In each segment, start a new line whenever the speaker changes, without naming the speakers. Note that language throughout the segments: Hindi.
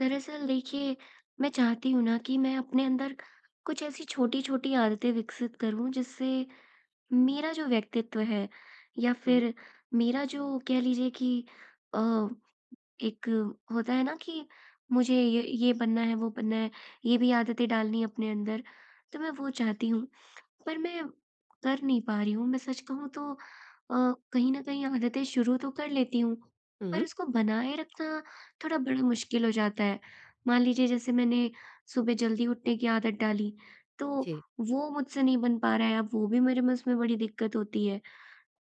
दरअसल देखिए, मैं चाहती हूँ ना कि मैं अपने अंदर कुछ ऐसी छोटी-छोटी आदतें विकसित करूँ जिससे मेरा जो व्यक्तित्व है या
हुँ,
फिर मेरा जो कह लीजिए कि अ एक होता है ना कि मुझे ये बनना है, वो बनना है, ये भी आदतें डालनी है अपने अंदर, तो मैं वो चाहती हूँ। पर मैं कर नहीं पा रही हूँ। मैं सच कहूँ तो कहीं न कहीं आदतें शुरू तो कर लेती हूँ,
हुँ,
पर उसको बनाए रखना थोड़ा बड़ा मुश्किल हो जाता है। मान लीजिए जैसे मैंने सुबह जल्दी उठने की आदत डाली, तो
जी।
वो मुझसे नहीं बन पा रहा है, अब वो भी मेरे में उसमें बड़ी दिक्कत होती है।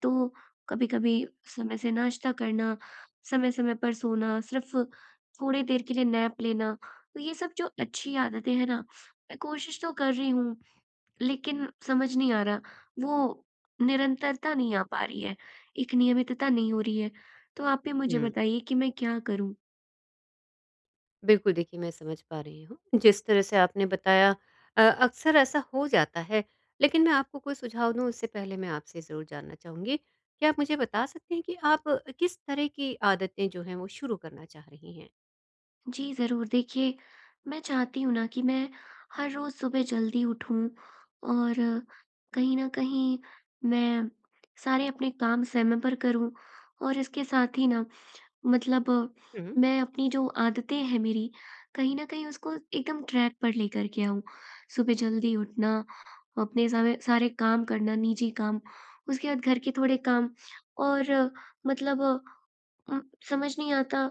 तो कभी-कभी समय से नाश्ता करना, समय-समय पर सोना, सिर्फ़ थोड़ी देर के लिए नैप लेना, तो ये सब जो अच्छी आदतें हैं ना, मैं कोशिश तो कर रही हूँ, लेकिन समझ नहीं आ रहा, वो निरंतरता नहीं आ पा रही है, एक नियमितता नहीं हो रही है। तो आप ही मुझे
हुँ,
बताइए कि मैं क्या करूँ?
बिल्कुल देखिए मैं समझ पा रही हूँ, जिस तरह से आपने बताया अक्सर ऐसा हो जाता है। लेकिन मैं आपको कोई सुझाव दूँ उससे पहले मैं आपसे ज़रूर जानना चाहूँगी, क्या आप मुझे बता सकते हैं कि आप किस तरह की आदतें जो हैं वो शुरू करना चाह रही हैं?
जी, ज़रूर। देखिए, मैं चाहती हूँ ना कि मैं हर रोज़ सुबह जल्दी उठूँ और कहीं न कहीं मैं सारे अपने काम समय पर करूँ और इसके साथ ही ना मतलब
हुँ,
मैं अपनी जो आदतें हैं मेरी, कहीं न कहीं उसको एकदम ट्रैक पर लेकर के आऊँ। सुबह जल्दी उठना, अपने सारे सारे काम करना, निजी काम, उसके बाद घर के थोड़े काम और मतलब उम, समझ नहीं आता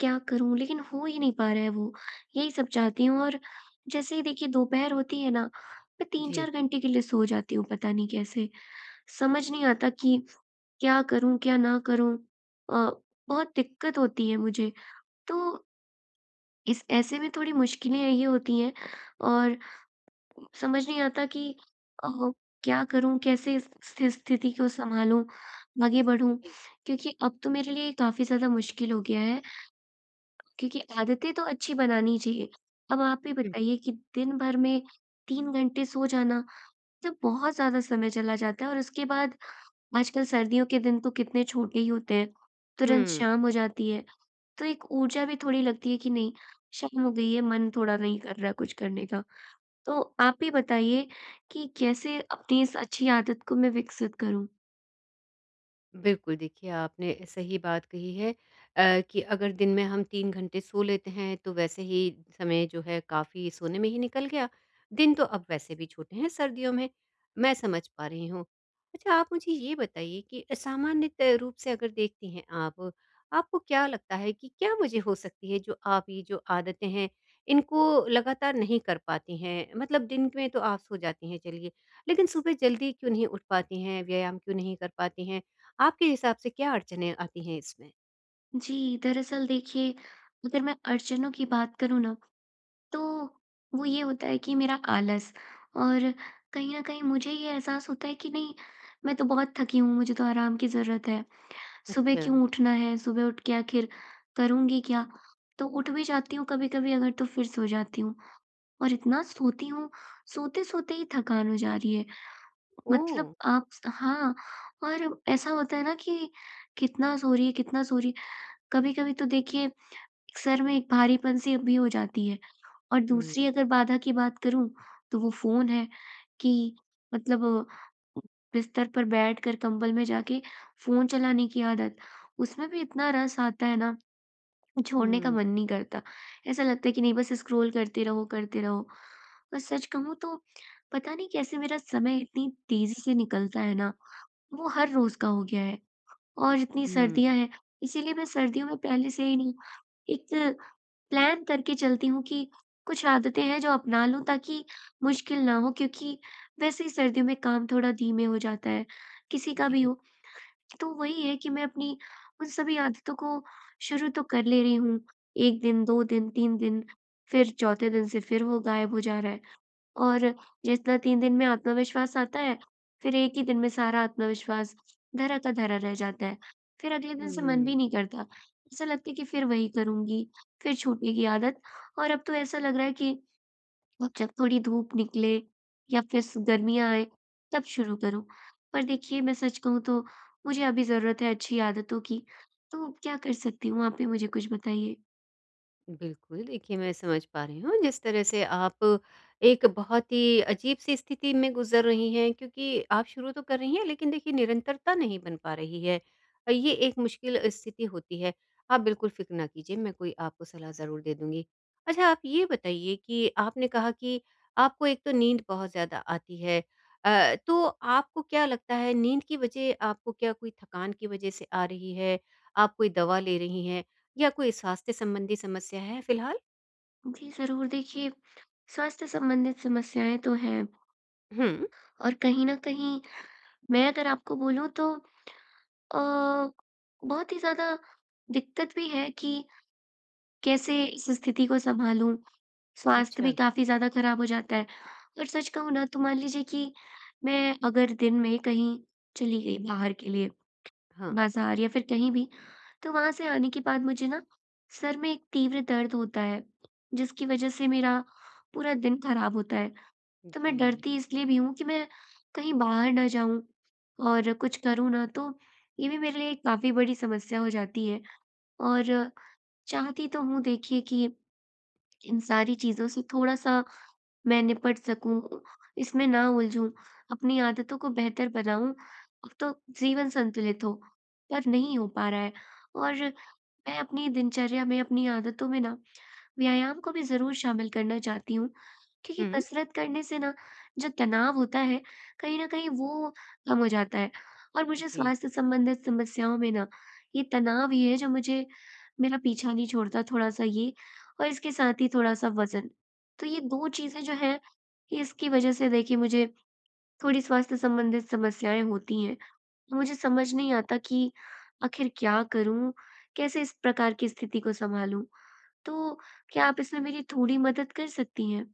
क्या करूँ? लेकिन हो ही नहीं पा रहा है वो, यही सब चाहती हूँ और जैसे ही देखिए दोपहर होती है ना, मैं
जी।
3-4 घंटे के लिए सो जाती हूँ पता नहीं कैसे। समझ नहीं आता कि क्या करूँ, क्या ना करूँ? अ, बहुत दिक्कत होती है मुझे। तो इस ऐसे में थोड़ी मुश्किलें ये होती हैं और समझ नहीं आता कि अ, क्या करूँ? कैसे इस स्थिति को सँभालूँ, आगे बढ़ूँ? क्योंकि अब तो मेरे लिए काफ़ी ज़्यादा मुश्किल हो गया है क्योंकि आदतें तो अच्छी बनानी चाहिए। अब आप ही
हुँ,
बताइए कि दिन भर में 3 घंटे सो जाना, तो बहुत ज़्यादा समय चला जाता है और उसके बाद आजकल सर्दियों के दिन तो कितने छोटे ही होते हैं, तुरंत
हुँ।
शाम हो जाती है। तो एक ऊर्जा भी थोड़ी लगती है कि नहीं, शाम हो गई है, मन थोड़ा नहीं कर रहा कुछ करने का। तो आप ही बताइए कि कैसे अपनी इस अच्छी आदत को मैं विकसित करूँ?
बिल्कुल, देखिए आपने सही बात कही है कि अगर दिन में हम 3 घंटे सो लेते हैं, तो वैसे ही समय जो है काफ़ी सोने में ही निकल गया। दिन तो अब वैसे भी छोटे हैं सर्दियों में, मैं समझ पा रही हूँ। अच्छा आप मुझे ये बताइए कि सामान्यतः रूप से अगर देखती हैं आप, आपको क्या लगता है कि क्या वजह हो सकती है जो आप ये जो आदतें हैं, इनको लगातार नहीं कर पाती हैं? मतलब दिन में तो आप सो जाती हैं चलिए, लेकिन सुबह जल्दी क्यों नहीं उठ पाती हैं, व्यायाम क्यों नहीं कर पाती हैं? आपके हिसाब से क्या अड़चनें आती हैं इसमें?
जी, दरअसल देखिए, अगर मैं अड़चनों की बात करूँ ना तो वो ये होता है कि मेरा आलस और कहीं न कहीं मुझे ये एहसास होता है कि नहीं, मैं तो बहुत थकी हूँ, मुझे तो आराम की ज़रूरत है। सुबह
अच्छा,
क्यों उठना है? सुबह उठ के आखिर करूँगी क्या? तो उठ भी जाती हूँ कभी-कभी अगर तो फिर सो जाती हूँ और इतना सोती हूँ, सोते-सोते ही थकान हो जा रही है।
ओह!
मतलब आप स हाँ, और ऐसा होता है ना कि कितना सो रही है, कितना सो रही है। कभी-कभी तो देखिए सर में एक भारीपन-सी भी हो जाती है। और
हुँ,
दूसरी अगर बाधा की बात करूँ, तो वो फ़ोन है कि मतलब बिस्तर पर बैठकर कंबल में जाके फ़ोन चलाने की आदत, उसमें भी इतना रस आता है ना, छोड़ने का
हुँ,
मन नहीं करता। ऐसा लगता है कि नहीं बस स्क्रॉल करते रहो, करते रहो। और सच कहूँ तो पता नहीं कैसे मेरा समय इतनी तेज़ी से निकलता है ना, वो हर रोज़ का हो गया है। और इतनी
हुँ,
सर्दियाँ हैं, इसीलिए मैं सर्दियों में पहले से ही ना एक प्लान करके चलती हूँ कि कुछ आदतें हैं जो अपना लूँ ताकि मुश्किल ना हो क्योंकि वैसे ही सर्दियों में काम थोड़ा धीमे हो जाता है, किसी का भी
जी,
हो। तो वही है कि मैं अपनी उन सभी आदतों को शुरू तो कर ले रही हूँ, 1 दिन, 2 दिन, 3 दिन, फिर चौथे दिन से फिर वो गायब हो जा रहा है। और जितना 3 दिन में आत्मविश्वास आता है, फिर एक ही दिन में सारा आत्मविश्वास धरा का धरा रह जाता है। फिर अगले दिन से मन भी
हुँ।
नहीं करता। ऐसा लगता है कि फिर वही करूँगी, फिर छूटेगी आदत और अब तो ऐसा लग रहा है कि अब जब थोड़ी धूप निकले या फिर स गर्मियाँ आएँ, तब शुरू करूँ। पर देखिए, मैं सच कहूँ तो मुझे अभी ज़रूरत है अच्छी आदतों की, तो क्या कर सकती हूँ? आप ही मुझे कुछ बताइए।
बिल्कुल, देखिए मैं समझ पा रही हूँ जिस तरह से आप एक बहुत ही अजीब-सी स्थिति में गुज़र रही हैं क्योंकि आप शुरू तो कर रही हैं लेकिन देखिए निरंतरता नहीं बन पा रही है। ये एक मुश्किल स्थिति होती है। आप बिल्कुल फ़िक्र ना कीजिए, मैं कोई आपको सलाह ज़रूर दे दूँगी। अच्छा आप ये बताइए कि आपने कहा कि आपको एक तो नींद बहुत ज़्यादा आती है तो आपको क्या लगता है नींद की वजह आपको क्या कोई थकान की वजह से आ रही है? आप कोई दवा ले रही हैं? या कोई स्वास्थ्य संबंधी समस्या है फिलहाल?
जी, ज़रूर। देखिए, स्वास्थ्य संबंधित समस्याएँ तो हैं
हुँ।
और कहीं न कहीं मैं अगर आपको बोलूँ तो अ, बहुत ही ज़्यादा दिक्कत भी है कि कैसे इस स्थिति को सँभालूँ। स्वास्थ्य
अच्छा।
भी काफ़ी ज़्यादा खराब हो जाता है और सच कहूँ ना तो मान लीजिए कि मैं अगर दिन में कहीं चली गई बाहर के लिए,
हाँ।
बाज़ार या फिर कहीं भी, तो वहाँ से आने के बाद मुझे ना सर में एक तीव्र दर्द होता है, जिसकी वज़ह से मेरा पूरा दिन खराब होता है। तो मैं
जी।
डरती इसलिए भी हूँ कि मैं कहीं बाहर ना जाऊँ और कुछ करूँ ना तो ये भी मेरे लिए काफ़ी बड़ी समस्या हो जाती है। और चाहती तो हूँ देखिए कि इन सारी चीज़ों से थोड़ा-सा मैं निपट सकूँ, इसमें ना उलझूँ, अपनी आदतों को बेहतर बनाऊँ तो जीवन संतुलित हो, पर नहीं हो पा रहा है। और मैं अपनी दिनचर्या में, अपनी आदतों में ना व्यायाम को भी ज़रूर शामिल करना चाहती हूँ, क्योंकि
हुँ।
कसरत करने से ना जो तनाव होता है, कहीं न कहीं वो कम हो जाता है और मुझे
जी।
स्वास्थ्य संबंधित समस्याओं में ना ये तनाव ही है जो मुझे मेरा पीछा नहीं छोड़ता थोड़ा-सा ये और इसके साथ ही थोड़ा-सा वज़न। तो ये 2 चीज़ें जो हैं, इसकी वज़ह से देखिए मुझे थोड़ी स्वास्थ्य संबंधित समस्याएँ होती हैं। मुझे समझ नहीं आता कि आखिर क्या करूँ? कैसे इस प्रकार की स्थिति को सँभालूँ? तो क्या आप इसमें मेरी थोड़ी मदद कर सकती हैं?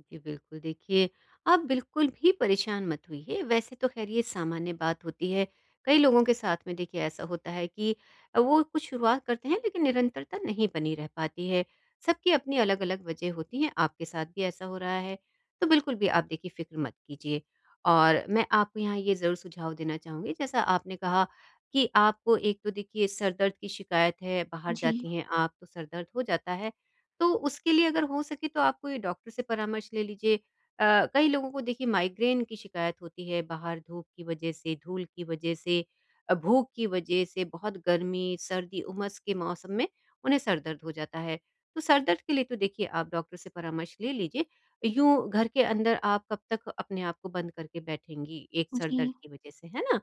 जी बिल्कुल, देखिए आप बिल्कुल भी परेशान मत होइए, वैसे तो ख़ैर ये सामान्य बात होती है। कई लोगों के साथ में देखिए ऐसा होता है कि वो कुछ शुरुआत करते हैं लेकिन निरंतरता नहीं बनी रह पाती है। सबकी अपनी अलग-अलग वजह होती हैं, आपके साथ भी ऐसा हो रहा है, तो बिल्कुल भी आप देखिए फ़िक्र मत कीजिए। और मैं आपको यहाँ ये ज़रूर सुझाव देना चाहूँगी जैसा आपने कहा कि आपको एक तो देखिए सर दर्द की शिकायत है, बाहर
जी,
जाती हैं आप तो सर दर्द हो जाता है। तो उसके लिए अगर हो सके तो आप कोई डॉक्टर से परामर्श ले लीजिए। कई लोगों को देखिए माइग्रेन की शिकायत होती है बाहर धूप की वजह से, धूल की वजह से, भूख की वजह से, बहुत गर्मी, सर्दी, उमस के मौसम में उन्हें सर दर्द हो जाता है। तो सर दर्द के लिए तो देखिए आप डॉक्टर से परामर्श ले लीजिए। यूँ घर के अंदर आप कब तक अपने आप को बंद करके बैठेंगी एक सर
जी,
दर्द की वजह से, है ना?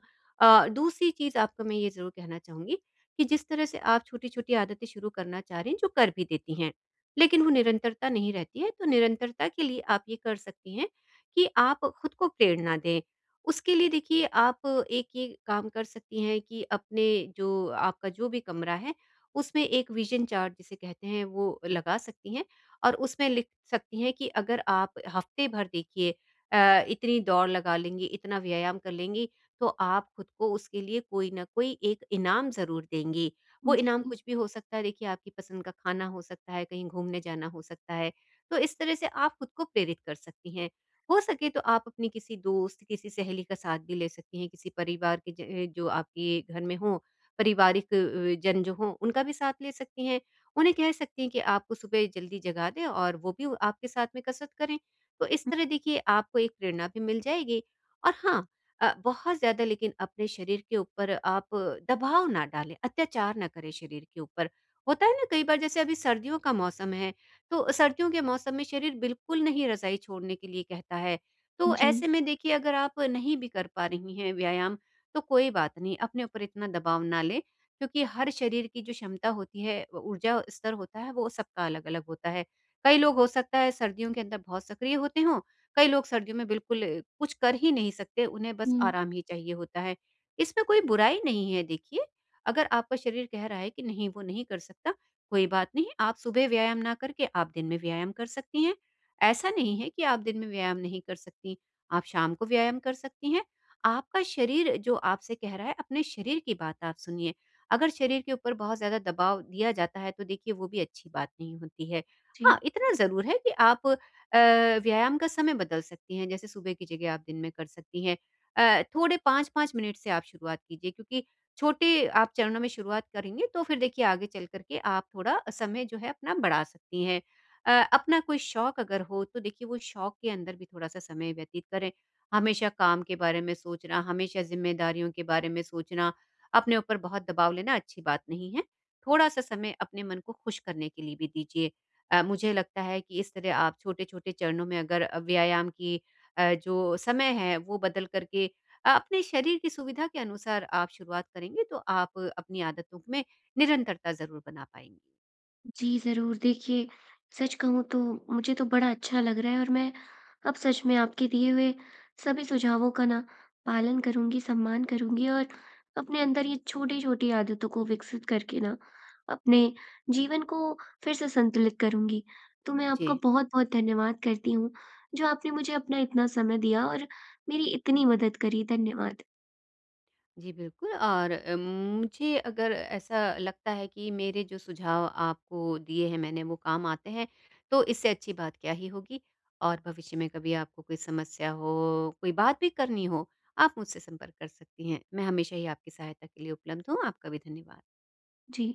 दूसरी चीज़ आपको मैं ये ज़रूर कहना चाहूँगी कि जिस तरह से आप छोटी-छोटी आदतें शुरू करना चाह रही हैं, जो कर भी देती हैं। लेकिन वो निरंतरता नहीं रहती है, तो निरंतरता के लिए आप ये कर सकती हैं कि आप खुद को प्रेरणा दें। उसके लिए देखिए आप एक ये काम कर सकती हैं कि अपने जो आपका जो भी कमरा है, उसमें एक विज़न चार्ट जिसे कहते हैं वो लगा सकती हैं और उसमें लिख सकती हैं कि अगर आप हफ़्ते भर देखिए इतनी दौड़ लगा लेंगी, इतना व्यायाम कर लेंगी, तो आप खुद को उसके लिए कोई न कोई एक इनाम ज़रूर देंगी। वो इनाम
जी,
कुछ भी हो सकता है देखिए आपकी पसंद का खाना हो सकता है, कहीं घूमने जाना हो सकता है। तो इस तरह से आप खुद को प्रेरित कर सकती हैं। हो सके तो आप अपने किसी दोस्त, किसी सहेली का साथ भी ले सकती हैं, किसी परिवार के ज जो आपके घर में हों, पारिवारिक जन जो हों, उनका भी साथ ले सकती हैं। उन्हें कह सकती हैं कि आपको सुबह जल्दी जगा दें और वो भी आपके साथ में कसरत करें। तो इस तरह देखिए आपको एक प्रेरणा भी मिल जाएगी और हाँ, बहुत ज़्यादा लेकिन अपने शरीर के ऊपर आप दबाव ना डालें, अत्याचार ना करें शरीर के ऊपर। होता है ना कई बार जैसे अभी सर्दियों का मौसम है, तो सर्दियों के मौसम में शरीर बिल्कुल नहीं रज़ाई छोड़ने के लिए कहता है। तो
जी,
ऐसे में देखिए अगर आप नहीं भी कर पा रही हैं व्यायाम, तो कोई बात नहीं, अपने ऊपर इतना दबाव ना लें, क्योंकि हर शरीर की जो क्षमता होती है, वो ऊर्जा स्तर होता है, वो सबका अलग-अलग होता है। कई लोग हो सकता है सर्दियों के अंदर बहुत सक्रिय होते हों कई लोग सर्दियों में बिल्कुल कुछ कर ही नहीं सकते, उन्हें बस
हुँ।
आराम ही चाहिए होता है। इसमें कोई बुराई नहीं है देखिए, अगर आपका शरीर कह रहा है कि नहीं वो नहीं कर सकता, कोई बात नहीं आप सुबह व्यायाम ना करके आप दिन में व्यायाम कर सकती हैं। ऐसा नहीं है कि आप दिन में व्यायाम नहीं कर सकती, आप शाम को व्यायाम कर सकती हैं। आपका शरीर जो आपसे कह रहा है, अपने शरीर की बात आप सुनिए। अगर शरीर के ऊपर बहुत ज़्यादा दबाव दिया जाता है तो देखिए वो भी अच्छी बात नहीं होती है।
जी।
हाँ, इतना ज़रूर है कि आप अ, व्यायाम का समय बदल सकती हैं, जैसे सुबह की जगह आप दिन में कर सकती हैं। थोड़े 5-5 मिनट से आप शुरुआत कीजिए क्योंकि छोटे आप चरणों में शुरुआत करेंगे तो फिर देखिए आगे चल कर के आप थोड़ा समय जो है अपना बढ़ा सकती हैं। अ, अपना कोई शौक अगर हो तो देखिए वो शौक के अंदर भी थोड़ा-सा समय व्यतीत करें। हमेशा काम के बारे में सोचना, हमेशा ज़िम्मेदारियों के बारे में सोचना, अपने ऊपर बहुत दबाव लेना अच्छी बात नहीं है। थोड़ा-सा समय अपने मन को खुश करने के लिए भी दीजिए। मुझे लगता है कि इस तरह आप छोटे-छोटे चरणों में अगर व्यायाम की जो समय है वो बदल करके अपने शरीर की सुविधा के अनुसार आप शुरुआत करेंगे तो आप अपनी आदतों में निरंतरता ज़रूर बना पाएँगी।
जी, ज़रूर। देखिए, सच कहूँ तो मुझे तो बड़ा अच्छा लग रहा है और मैं अब सच में आपके दिए हुए सभी सुझावों का ना पालन करूँगी, सम्मान करूँगी और अपने अंदर ये छोटी-छोटी आदतों को विकसित करके ना अपने जीवन को फिर से संतुलित करूँगी। तो मैं
जी।
आपका बहुत-बहुत धन्यवाद करती हूँ, जो आपने मुझे अपना इतना समय दिया और मेरी इतनी मदद करी। धन्यवाद।
जी, बिल्कुल और मुझे अगर ऐसा लगता है कि मेरे जो सुझाव आपको दिए हैं मैंने वो काम आते हैं, तो इससे अच्छी बात क्या ही होगी? और भविष्य में कभी आपको कोई समस्या हो, कोई बात भी करनी हो, आप मुझसे संपर्क कर सकती हैं। मैं हमेशा ही आपकी सहायता के लिए उपलब्ध हूँ, आपका भी धन्यवाद।
जी।